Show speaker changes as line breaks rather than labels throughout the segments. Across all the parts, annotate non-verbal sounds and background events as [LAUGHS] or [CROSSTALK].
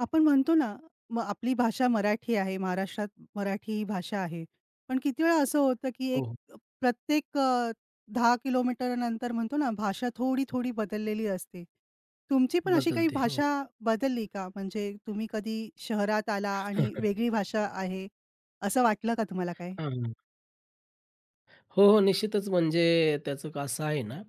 आपण म्हणतो ना, मग आपली भाषा मराठी आहे, महाराष्ट्रात मराठी ही भाषा आहे. पण किती वेळा असं होतं, की
हो, हो.
प्रत्येक 10 किलोमीटर नंतर म्हणतो ना, भाषा थोडी-थोडी बदललेली असते. तुमची पण अशी काही
बदलते. हो.
भाषा बदलली का? म्हणजे तुम्ही कधी शहरात आला आणि
[LAUGHS]
वेगळी भाषा आहे, असं वाटलं का तुम्हाला काय?
हां, हां. हो, हो. निश्चितच म्हणजे त्याचं कसं आहे ना,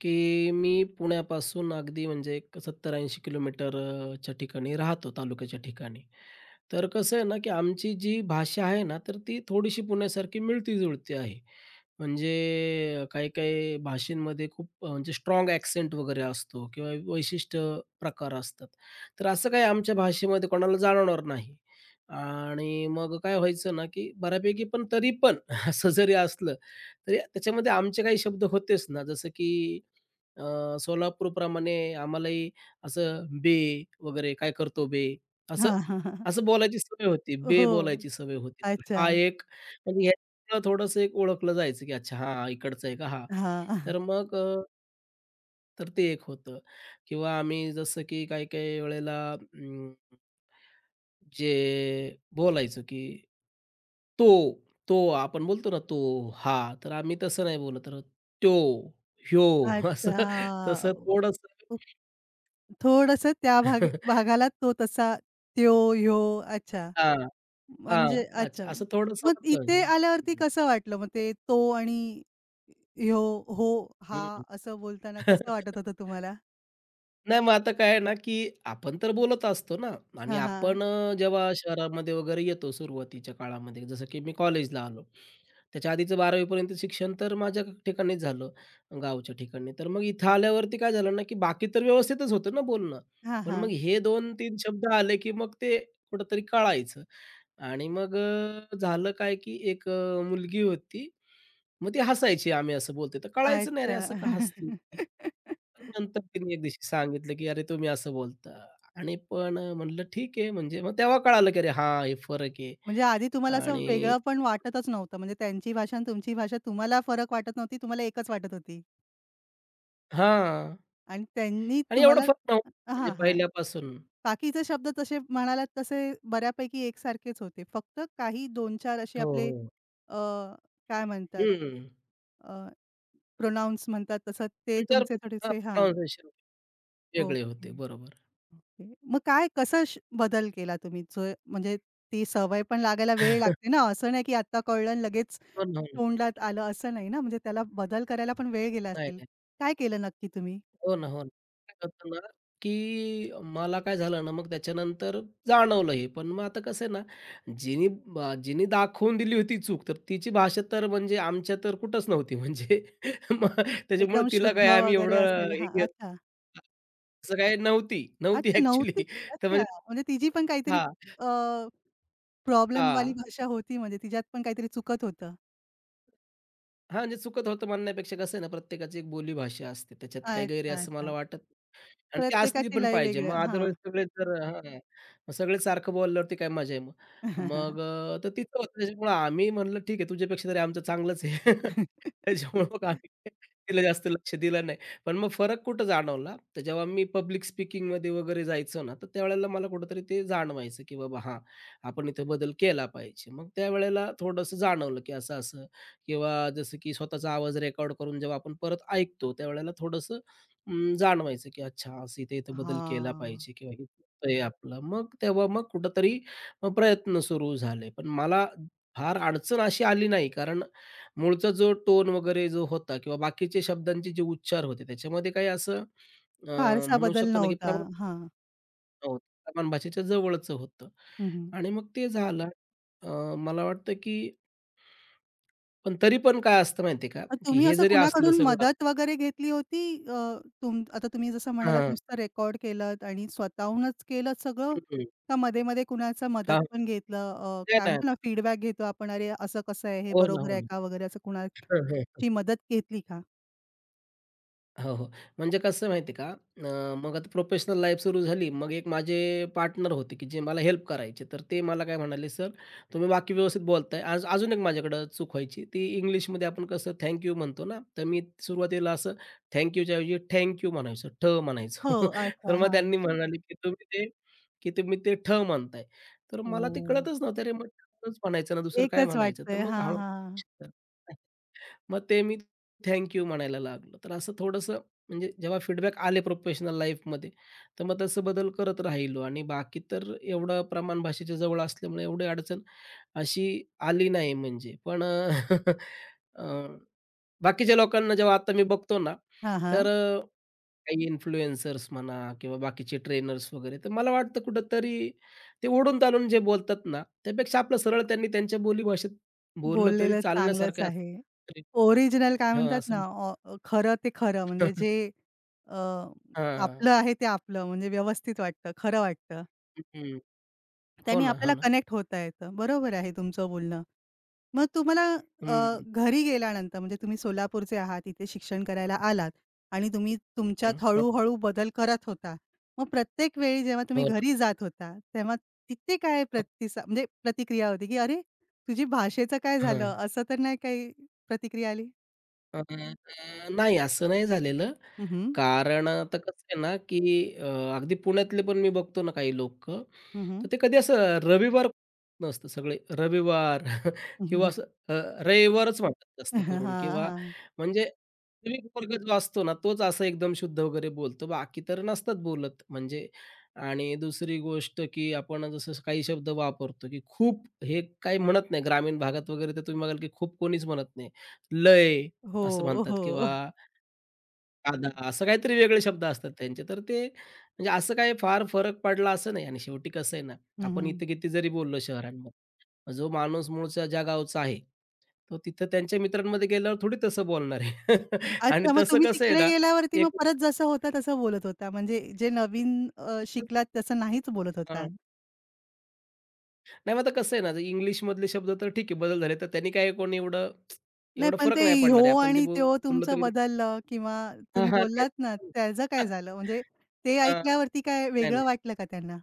की मी पुण्यापासून अगदी म्हणजे एक 70-80 किलोमीटरच्या ठिकाणी राहतो, तालुक्याच्या ठिकाणी. तर कसं आहे ना, की आमची जी भाषा आहे ना, तर ती थोडीशी पुण्यासारखी मिळती-जुळती आहे. म्हणजे काही-काही भाषेंमध्ये खूप म्हणजे स्ट्राँग ॲक्सेंट वगैरे असतो किंवा वैशिष्ट्य प्रकार असतात. तर असं काही आमच्या भाषेमध्ये कोणाला जाणवणार नाही. आणि मग काय व्हायचं ना, की बऱ्यापैकी पण तरी पण [LAUGHS] असं जरी असलं, तरी त्याच्यामध्ये आमचे काही शब्द होतेच ना, जसं की सोलापूरप्रमाणे आम्हालाही असं "बे" वगैरे "काय करतो बे?"
[LAUGHS]
असं
हां, हां, हां.
असं बोलायची सवय होती, बे
हो.
बोलायची सवय होती. तर
अच्छा.
हा एक म्हणजे ह्याला थोडंसं एक ओळखलं जायचं, की अच्छा हां, इकडचा आहे का हा.
हां.
तर मग तर ते एक होतं किंवा आम्ही जसं की काही-काही वेळेला जे बोलायचो, की तो, तो आपण बोलतो ना तो, हा. तर आम्ही तसं नाही बोलत तर त्यो, ह्यो [LAUGHS] असं
अच्छा.
तसं थोडंसं
थोडंसं त्या भाग भागाला तो तसा, त्यो, ह्यो अच्छा.
हां, हां.
म्हणजे
[LAUGHS] अच्छा
अच्छा.
असं थोडंसं
मग
होतं.
इथे आल्यावरती
हं,
कसं वाटलं मग ते तो आणि ह्यो, हो, हा
हं.
असं बोलताना कसं
[LAUGHS]
वाटत होतं तुम्हाला?
नाही मग आता काय आहे ना, की आपण तर बोलत असतो ना आणि
हा हां.
आपण जेव्हा शहरामध्ये वगैरे येतो सुरुवातीच्या काळामध्ये, जसं की मी कॉलेजला आलो. त्याच्या आधीचं 12वी शिक्षण तर माझ्या ठिकाणीच झालं, गावच्या ठिकाणी. तर मग इथं आल्यावरती काय झालं ना, की बाकी तर व्यवस्थितच होतं ना बोलणं.
हां,
पण मग
हां.
हे 2-3 शब्द आले, की मग ते कुठेतरी कळायचं आणि मग झालं काय, की एक मुलगी होती. मग ती हसायची, आम्ही असं बोलतोय. तर कळायचं नाही, "अरे,
अच्छा.
असं का हसती?"
[LAUGHS]
तर नंतर त्यांनी एक दिवशी सांगितलं, की "अरे तुम्ही असं बोलता", आणि पण म्हणलं ठीक आहे, म्हणजे मग तेव्हा कळालं, की अरे हां, हे फरक आहे.
म्हणजे आधी तुम्हाला असं
आणि
वेगळं पण वाटतच नव्हतं. म्हणजे त्यांची भाषा आणि तुमची भाषा तुम्हाला फरक वाटत नव्हती. तुम्हाला एकच वाटत होती
हां,
आणि त्यांनी
आणि एवढा
तुम्हाला
फरक नव्हता म्हणजे
हां, हां.
पहिल्यापासून.
बाकीचे शब्द तसे म्हणालात तसे बऱ्यापैकी एकसारखेच होते. फक्त काही 2-4 असे
हो,
आपले
हो.
अ, काय म्हणतात
हं.
अ, प्रोनाउन्स म्हणतात तसं ते
3-4
तुमचे
हां,
थोडेसे हां.
प्रोनाउन्सिएशन वेगळे
ओके,
होते. बरोबर.
ओके. मग काय कसा बदल केला तुम्ही? जो म्हणजे ती सवय पण लागायला वेळ लागते
[LAUGHS]
ना, असं नाही की आत्ता कळलं आणि लगेच
हो ना, हो ना.
तोंडात आलं असं नाही ना, म्हणजे त्याला बदल करायला पण वेळ गेला
नाही,
असेल.
नाही.
काय केलं नक्की तुम्ही?
हो ना, हो ना. काय होतं ना, की मला काय झालं ना, मग त्याच्यानंतर जाणवलं हे. पण मग आता कसं आहे ना, जिनी जिनी दाखवून दिली होती चूक, तर तिची भाषा तर म्हणजे आमच्या तर कुठंच नव्हती म्हणजे [LAUGHS] मग त्याच्यामुळे
एकदम
तिला
शुद्ध
काय आम्ही
वगैरे
एवढं
असेल
हे
हां,
[LAUGHS] घेत
अच्छा.
असं काही नव्हती, नव्हती
अच्छा, नव्हती.
ॲक्चुअली. तर
अच्छा,
म्हणजे
म्हणजे तिची पण काहीतरी
हां,
अ, प्रॉब्लेमवाली
हां.
भाषा होती म्हणजे तिच्यात पण काहीतरी चुकत होतं.
हां, म्हणजे चुकत होतं म्हणण्यापेक्षा कसं आहे ना, प्रत्येकाची एक बोलीभाषा असते. त्याच्यात काही गैर आहे
अच्छा,
असं मला
अच्छा.
वाटत नाही. आणि ती असली
प्रत्येकाची
पण
लय
पाहिजे. मग
वेगळं. हां.
अदरवाईज सगळे जर हां, मग सगळेच सारखं बोलल्यावरती काय मजा आहे मग. मग तर तिचं होतं त्याच्यामुळं आम्ही म्हणलं, "ठीक आहे, तुझ्यापेक्षा तरी आमचं चांगलंच आहे."
[LAUGHS]
त्याच्यामुळे मग आम्ही तिला जास्त लक्ष दिलं नाही. पण मग फरक कुठं जाणवला, तर जेव्हा मी पब्लिक स्पीकिंगमध्ये वगैरे जायचो ना, तर त्यावेळेला मला कुठेतरी ते जाणवायचं, की बाबा हां, आपण इथे बदल केला पाहिजे. मग त्यावेळेला थोडंसं जाणवलं, की असं-असं किंवा जसं की स्वतःचा आवाज रेकॉर्ड करून जेव्हा आपण परत ऐकतो, त्यावेळेला थोडंसं जाणवायचं, की अच्छा असं इथे-इथे बदल केला
हां.
पाहिजे किंवा हे चुकतंय आपलं. मग तेव्हा मग कुठेतरी प्रयत्न सुरू झाले. पण मला फार अडचण अशी आली नाही, कारण मूळचा जो टोन वगैरे जो होता किंवा बाकीचे शब्दांचे जे उच्चार होते, त्याच्यामध्ये काही असं
फारसा
म्हणू
बदल
शकतो ना, की
नव्हता.
प्रमाण
हां.
हो, प्रमाण भाषेच्या जवळचं होतं
हं, हं.
आणि मग ते झालं. मला वाटतं, की पण तरी पण काय असतं माहिती आहे का,
मग
की
तुम्ही
हे
असं
जरी असलं
कुणाकडून
सगळं
मदत वगैरे घेतली होती? अ, तुम आता तुम्ही जसं म्हणालात
हां,
नुसतं रेकॉर्ड केलत आणि स्वतःहूनच केलं सगळं,
हं, हं.
का मध्ये-मध्ये कुणाचं मदत पण घेतलं?
नाही,
काय म्हणतो ना
नाही.
फीडबॅक घेतो आपण, "अरे, असं कसं आहे? हे
हो ना,
बरोबर
हो
आहे
ना.
का?" वगैरे असं कुणाची मदत घेतली का?
हो, हो. म्हणजे कसं माहिती का, मग आता प्रोफेशनल लाईफ सुरू झाली. मग एक माझे पार्टनर होते, की जे मला हेल्प करायचे. तर ते मला काय म्हणाले, "सर, तुम्ही वाक्य व्यवस्थित बोलताय." आज अजून एक माझ्याकडं चूक व्हायची. ती इंग्लिशमध्ये आपण कसं थँक यू म्हणतो ना, तर मी सुरुवातीला असं थँक ऐवजी थँक यू ठ म्हणायचो.
हो,
[LAUGHS]
अच्छा.
तर मग
हां.
त्यांनी म्हणाले, "की तुम्ही ते ठ म्हणताय." तर मला ते
ओह!
कळतच नव्हतं. अरे, मग ठच म्हणायचं ना, दुसरं काय
एकच
म्हणायचं? तर
वाटतंय.
मग
हां,
हळू
हां.
मग ते मी थँक यू म्हणायला लागलो. तर असं थोडंसं म्हणजे जेव्हा फीडबॅक आले प्रोफेशनल लाईफमध्ये, तर मग तसं बदल करत राहिलो आणि बाकी तर एवढं प्रमाण भाषेच्या जवळ असल्यामुळे एवढी अडचण अशी आली नाही म्हणजे. पण अ, अ, [LAUGHS] बाकीच्या लोकांना जेव्हा आता मी बघतो ना,
हां,
तर
हां.
काही इन्फ्लुएन्सर्स म्हणा किंवा बाकीचे ट्रेनर्स वगैरे, तर मला वाटतं कुठेतरी ते ओढून-ताणून जे बोलतात ना, त्यापेक्षा आपलं सरळ त्यांनी त्यांच्या बोलीभाषेत बोललं तरी
बोललेलं चांगलंच
चालण्यासारखं
आहे.
असतं.
ओरिजिनल काय
हां,
म्हणतात ना,
असं
ऑ खरं ते खरं म्हणजे
[LAUGHS]
जे अ,
हं, हं. हां.
आपलं आहे ते आपलं म्हणजे व्यवस्थित वाटतं, खरं वाटतं.
हं, हो
त्याने
ना, हो
आपल्याला
ना.
कनेक्ट होता येतं. बरोबर आहे तुमचं बोलणं. मग तुम्हाला अ,
हं.
घरी गेल्यानंतर म्हणजे तुम्ही सोलापूरचे आहात, इथे शिक्षण करायला आलात आणि तुम्ही
हं,
तुमच्यात
हं.
हळू-हळू बदल करत होता. मग प्रत्येक वेळी जेव्हा तुम्ही
हो ना.
घरी जात होता, तेव्हा तिथे काय
हं.
म्हणजे प्रतिक्रिया होती, की "अरे, तुझी भाषेचं काय झालं?"
हां.
असं तर नाही काही प्रतिक्रिया आली?
अ, अ, नाही, असं नाही झालेलं.
हं, हं.
कारण आता कसं आहे ना, की अ, अगदी पुण्यातले पण मी बघतो ना काही लोक,
हं, हं.
तर ते कधी असं रविवार नसतं. सगळे रविवार [LAUGHS] किंवा
हं,
असं अ, रविवारच म्हणतात जास्त करून किंवा
[LAUGHS]
म्हणजे वास्तविक वर्ग जो असतो ना, तोच असं एकदम शुद्ध वगैरे बोलतो. बाकी तर नसतात बोलत म्हणजे. आणि दुसरी गोष्ट, की आपण जसं काही शब्द वापरतो, की खूप हे काही म्हणत नाही. ग्रामीण भागात वगैरे तर तुम्ही बघाल, की खूप कोणीच म्हणत नाही. लय
हो,
असं म्हणतात
हो.
किंवा कांदा असं काहीतरी वेगळे शब्द असतात त्यांचे. तर ते म्हणजे असं काही फार फरक पडला असं नाही. आणि शेवटी कसं आहे ना,
हं,
आपण
हं.
इथे किती जरी बोललो शहरांमध्ये, जो माणूस मूळचा ज्या गावचा आहे, तो तिथं त्यांच्या मित्रांमध्ये गेल्यावर थोडी तसं बोलणार आहे. [LAUGHS] आणि
अच्छा, मग
तसं
तुम्ही
कसं आहे
तिकडे
ना,
गेल्यावरती मग
एक
परत जसं होतं तसं बोलत होता. म्हणजे जे नवीन शिकलात तसं नाहीच बोलत होता?
हां. नाही मग आता कसं आहे ना, इंग्लिशमधले शब्द तर ठीक आहे बदल झाले, तर त्यांनी काय कोणी एवढं,
नाही,
एवढा
पण ते
फरक नाही
ह्यो
पडणार आहे. आपण ते
आणि त्यो
बोललं
तुमचं
तरी
बदललं किंवा
हां,
तुम्ही
हां. तेच.
बोललात ना, त्याचं काय
[LAUGHS]
झालं? म्हणजे ते
हां,
ऐकल्यावरती काय
नाही,
वेगळं
नाही.
वाटलं का त्यांना?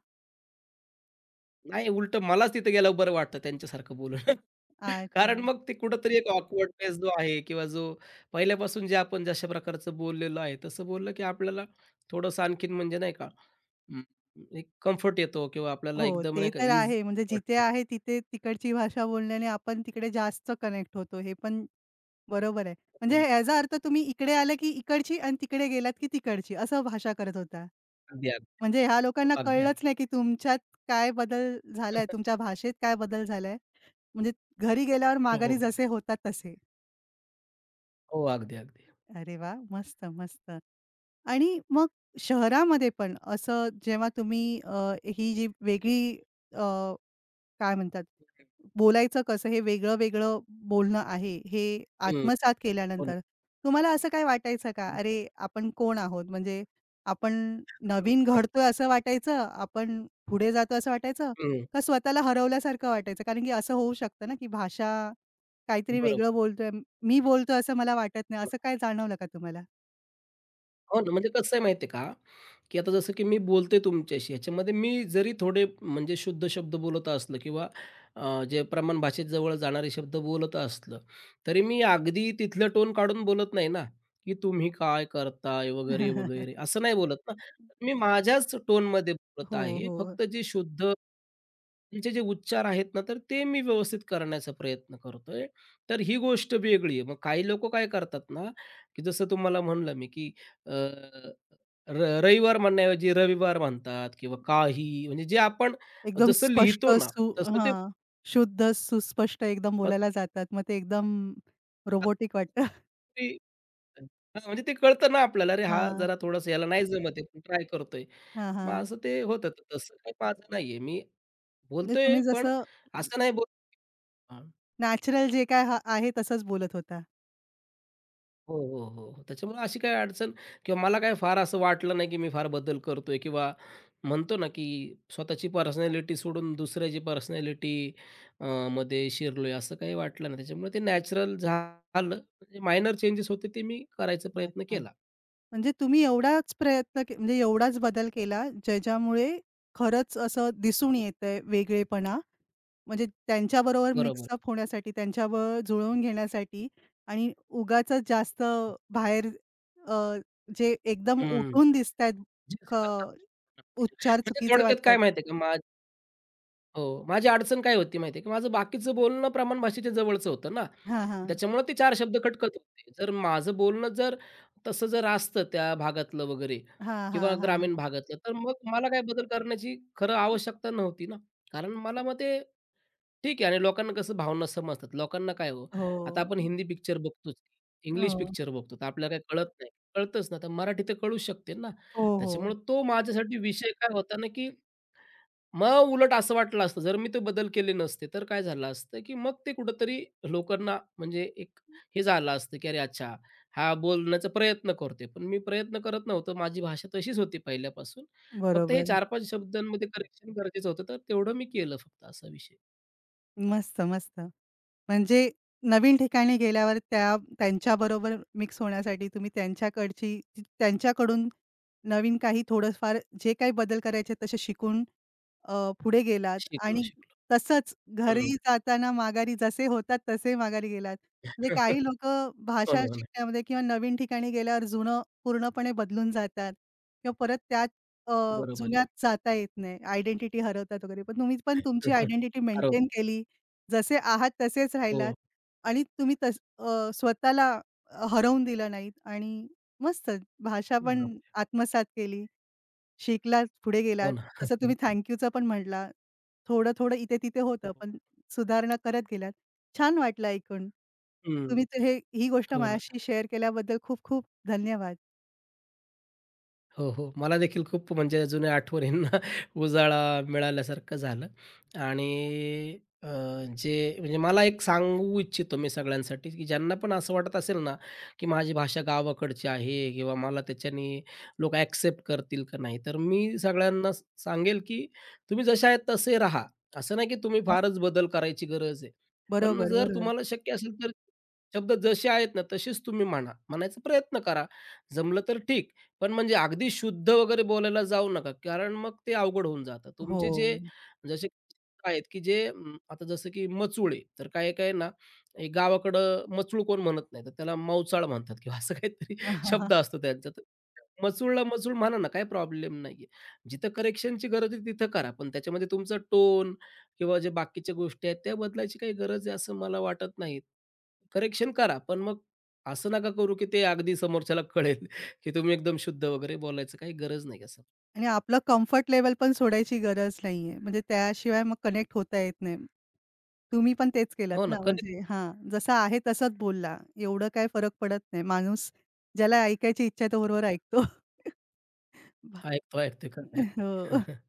नाही, उलटं मलाच तिथे गेल्यावर बरं वाटतं त्यांच्यासारखं बोलून. [LAUGHS]
अच्छा.
कारण मग ते कुठेतरी एक ऑकवर्डनेस जो आहे किंवा जो पहिल्यापासून जे आपण जशा प्रकारचं बोललेलो आहे, तसं बोललं की आपल्याला थोडंसं आणखीन म्हणजे नाही का अं, एक कम्फर्ट येतो किंवा आपल्याला
हो,
एकदम
ते
नाही का
तर
ईज
आहे. म्हणजे जिथे
वाटतं.
आहे तिथे तिकडची भाषा बोलण्याने आपण तिकडे जास्त कनेक्ट होतो. हे पण बरोबर आहे. म्हणजे
पण
याचा अर्थ तुम्ही इकडे आले की इकडची आणि तिकडे गेलात की तिकडची असं भाषा करत होता.
अगदी, अगदी.
म्हणजे ह्या
हो,
लोकांना
अगदी,
कळलंच
अगदी.
नाही की तुमच्यात काय बदल झालाय, तुमच्या भाषेत काय बदल झालाय. म्हणजे घरी गेल्यावर
हो, हो.
माघारी जसे होतात तसे.
हो, अगदी, अगदी.
अरे वा, मस्त, मस्त. आणि मग शहरामध्ये पण असं जेव्हा तुम्ही ही जी वेगळी अ, काय म्हणतात, बोलायचं कसं हे वेगळं-वेगळं बोलणं आहे, हे
हं.
आत्मसात
हो ना.
केल्यानंतर तुम्हाला असं काय वाटायचं का?
हं,
अरे, आपण कोण आहोत? म्हणजे आपण नवीन घडतोय असं वाटायचं, आपण पुढे जातोय असं वाटायचं का स्वतःला हरवल्यासारखं वाटायचं? कारण की असं होऊ शकतं ना, की भाषा काहीतरी
बरोबर.
वेगळं बोलतोय, मी बोलतोय असं मला वाटत नाही. असं काय जाणवलं का तुम्हाला?
हो ना, म्हणजे कसं आहे माहिती आहे का, की आता जसं की मी बोलतोय तुमच्याशी ह्याच्यामध्ये मी जरी थोडे म्हणजे शुद्ध शब्द बोलत असलो किंवा जे प्रमाण भाषेत जवळ जाणारे शब्द बोलत असलं, तरी मी अगदी तिथलं टोन काढून बोलत नाही ना, की तुम्ही काय करताय वगैरे,
[LAUGHS]
वगैरे असं नाही बोलत ना. मी माझ्याच टोनमध्ये बोलत
हो,
आहे.
हो.
फक्त जी शुद्ध त्यांचे जे उच्चार आहेत ना, तर ते मी व्यवस्थित करण्याचा प्रयत्न करतोय. तर ही गोष्ट वेगळी आहे. मग काही लोकं काय करतात ना, की जसं तुम्हाला म्हणलं मी, की अ, रविवार म्हणण्याऐवजी रविवार म्हणतात किंवा काही म्हणजे जे आपण
एकदम
जसं
स्पष्ट
लिहितो ना, तसं ते
हां. शुद्ध, सुस्पष्ट एकदम
मग
बोलायला जातात. मग ते एकदम रोबोटिक वाटतं. [LAUGHS]
ते हां, म्हणजे ते कळतं ना आपल्याला, अरे हा
हां,
जरा थोडंसं याला नाही जमत आहे, पण ट्राय करतोय.
हां,
मग
हां.
असं ते होतं. तर तसं काही माझं नाहीये. मी
म्हणजे
बोलतोय,
तुम्ही
पण
जसं
असं नाही बोलत.
नॅचरल जे काय हा आहे तसंच बोलत होता.
हो, हो, हो, हो. त्याच्यामुळे अशी काही अडचण किंवा मला काही फार असं वाटलं नाही, की मी फार बदल करतोय किंवा म्हणतो ना, की स्वतःची पर्सनॅलिटी सोडून दुसऱ्याची पर्सनॅलिटी अ, मध्ये शिरलोय असं काही वाटलं नाही. त्याच्यामुळे ते नॅचरल झालं. म्हणजे मायनर चेंजेस होते ते मी करायचा प्रयत्न
अच्छा.
केला.
म्हणजे तुम्ही एवढाच प्रयत्न म्हणजे एवढाच बदल केला, ज्याच्यामुळे खरंच असं दिसून येतंय वेगळेपणा. म्हणजे त्यांच्याबरोबर
बरोबर.
मिक्सअप होण्यासाठी, त्यांच्याबरोबर जुळवून घेण्यासाठी आणि उगाचच जास्त बाहेर अ, जे एकदम
हं.
उठून दिसतायत क उच्चार
म्हणजे
चुकीचे
थोडक्यात काय
वाटतायत.
माहिती का? हो. माझी अडचण काय होती माहिती आहे, की माझं बाकीचं बोलणं प्रमाण भाषेच्या जवळचं होतं ना.
हां, हां.
त्याच्यामुळे ते 4 शब्द खटकत होते. जर माझं बोलणं जर तसं जर असतं त्या भागातलं वगैरे
हां,
किंवा
हां, हां,
ग्रामीण
हां.
भागातलं, तर मग मला काही बदल करण्याची खरं आवश्यकता नव्हती ना. कारण मला मग ते ठीक आहे. आणि लोकांना कसं भावना समजतात. लोकांना काय हो,
हो.
आता आपण हिंदी पिक्चर बघतोच, इंग्लिश
हो.
पिक्चर बघतो, तर आपल्याला काही कळत नाही. कळतच ना, तर मराठी तर कळू शकते ना.
हो, हो.
त्याच्यामुळे तो माझ्यासाठी विषय काय होता ना, की मग उलट असं वाटलं असतं, जर मी ते बदल केले नसते, तर काय झालं असतं, की मग ते कुठेतरी लोकांना म्हणजे एक हे झालं असतं, की "अरे अच्छा, हा बोलण्याचा प्रयत्न करते", पण मी प्रयत्न करत नव्हतो. माझी भाषा तशीच होती पहिल्यापासून. फक्त हे
बरोबर.
4-5 शब्दांमध्ये करेक्शन गरजेचं होतं, तर तेवढं मी केलं फक्त असा विषय.
मस्त, मस्त. म्हणजे नवीन ठिकाणी गेल्यावर त्या त्यांच्याबरोबर मिक्स होण्यासाठी तुम्ही त्यांच्याकडची त्यांच्याकडून नवीन काही थोडंफार जे काही बदल करायचे तसे शिकून पुढे गेलात
शिकलो,
आणि
शिकलो.
तसंच
हं.
घरी जाताना माघारी जसे होतात तसे माघारी गेलात. म्हणजे
[LAUGHS]
काही
हो
लोकं भाषा
ना, हो ना.
शिकण्यामध्ये किंवा नवीन ठिकाणी गेल्यावर जुनं पूर्णपणे बदलून जातात किंवा परत त्यात अ,
बरोबर
जुन्यात
आहे.
जाता येत नाही. आयडेंटिटी हरवतात वगैरे. पण तुम्ही पण तुमची
[LAUGHS]
आयडेंटिटी मेंटेन
हरवतात.
केली. जसे आहात तसेच
हो,
राहिलात
हो.
आणि तुम्ही स्वतःला हरवून दिलं नाहीत आणि मस्त भाषा पण
बरोबर.
आत्मसात केली, शिकलात, पुढे
हो
गेलात.
ना.
तसं तुम्ही थँक यूचं पण म्हटला. थोडं-थोडं इथे-तिथे होतं, पण
[LAUGHS]
सुधारणा करत गेलात. छान वाटलं ऐकून.
हं.
तुम्ही तर हे ही गोष्ट
हो ना.
माझ्याशी शेअर केल्याबद्दल खूप-खूप धन्यवाद.
हो, हो. मला देखील खूप म्हणजे जुन्या आठवणींना [LAUGHS] उजाळा मिळाल्यासारखं झालं आणि जे म्हणजे मला एक सांगू इच्छितो मी सगळ्यांसाठी, की ज्यांना पण असं वाटत असेल ना, की माझी भाषा गावाकडची आहे किंवा मला त्याच्याने लोकं ॲक्सेप्ट करतील का नाही, तर मी सगळ्यांना सांगेल, की तुम्ही जसे आहेत तसे राहा. असं नाही की तुम्ही
मस्त
फारच बदल करायची गरज आहे. पण
बरोबर,
जर
बरोबर.
तुम्हाला शक्य असेल तर शब्द जसे आहेत ना, तसेच तुम्ही म्हणा. म्हणायचा प्रयत्न करा. जमलं तर ठीक, पण म्हणजे अगदी शुद्ध वगैरे बोलायला जाऊ नका, कारण मग ते अवघड होऊन जातं.
हो.
तुमचे जे जसे आहेत, की जे आता जसं की मचूळ आहे, तर काही-काही ना, हे गावाकडं मचूळ कोण म्हणत नाही, तर त्याला मावचाळ म्हणतात किंवा असं काहीतरी शब्द असतो त्यांचा. तर मचूळला मचूळ म्हणा ना, काही प्रॉब्लेम नाहीये. जिथं करेक्शनची गरज आहे तिथं करा, पण त्याच्यामध्ये तुमचा टोन किंवा जे बाकीच्या गोष्टी आहेत, त्या बदलायची काही गरज आहे असं मला वाटत नाही. करेक्शन करा, पण मग असं नका करू, की ते अगदी समोरच्याला कळेल. की तुम्ही एकदम शुद्ध वगैरे बोलायचं काही गरज नाही असं.
आणि आपलं कम्फर्ट लेव्हल पण सोडायची गरज नाहीये. म्हणजे त्याशिवाय मग कनेक्ट होता येत नाही. तुम्ही पण तेच केलत
हो ना,
ना,
करेक्ट.
म्हणजे हां, जसं आहे तसंच बोलला. एवढं काही फरक पडत नाही. माणूस ज्याला ऐकायची इच्छा आहे तो बरोबर ऐकतो. [LAUGHS] वाह!
ऐकतो, ऐकतोय. खरं आहे.
हो.
[LAUGHS]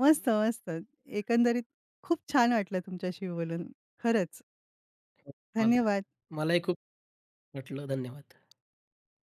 मस्त, मस्त. एकंदरीत खूप छान वाटलं तुमच्याशी बोलून. खरंच.
मला
धन्यवाद.
मलाही खूप वाटलं. धन्यवाद.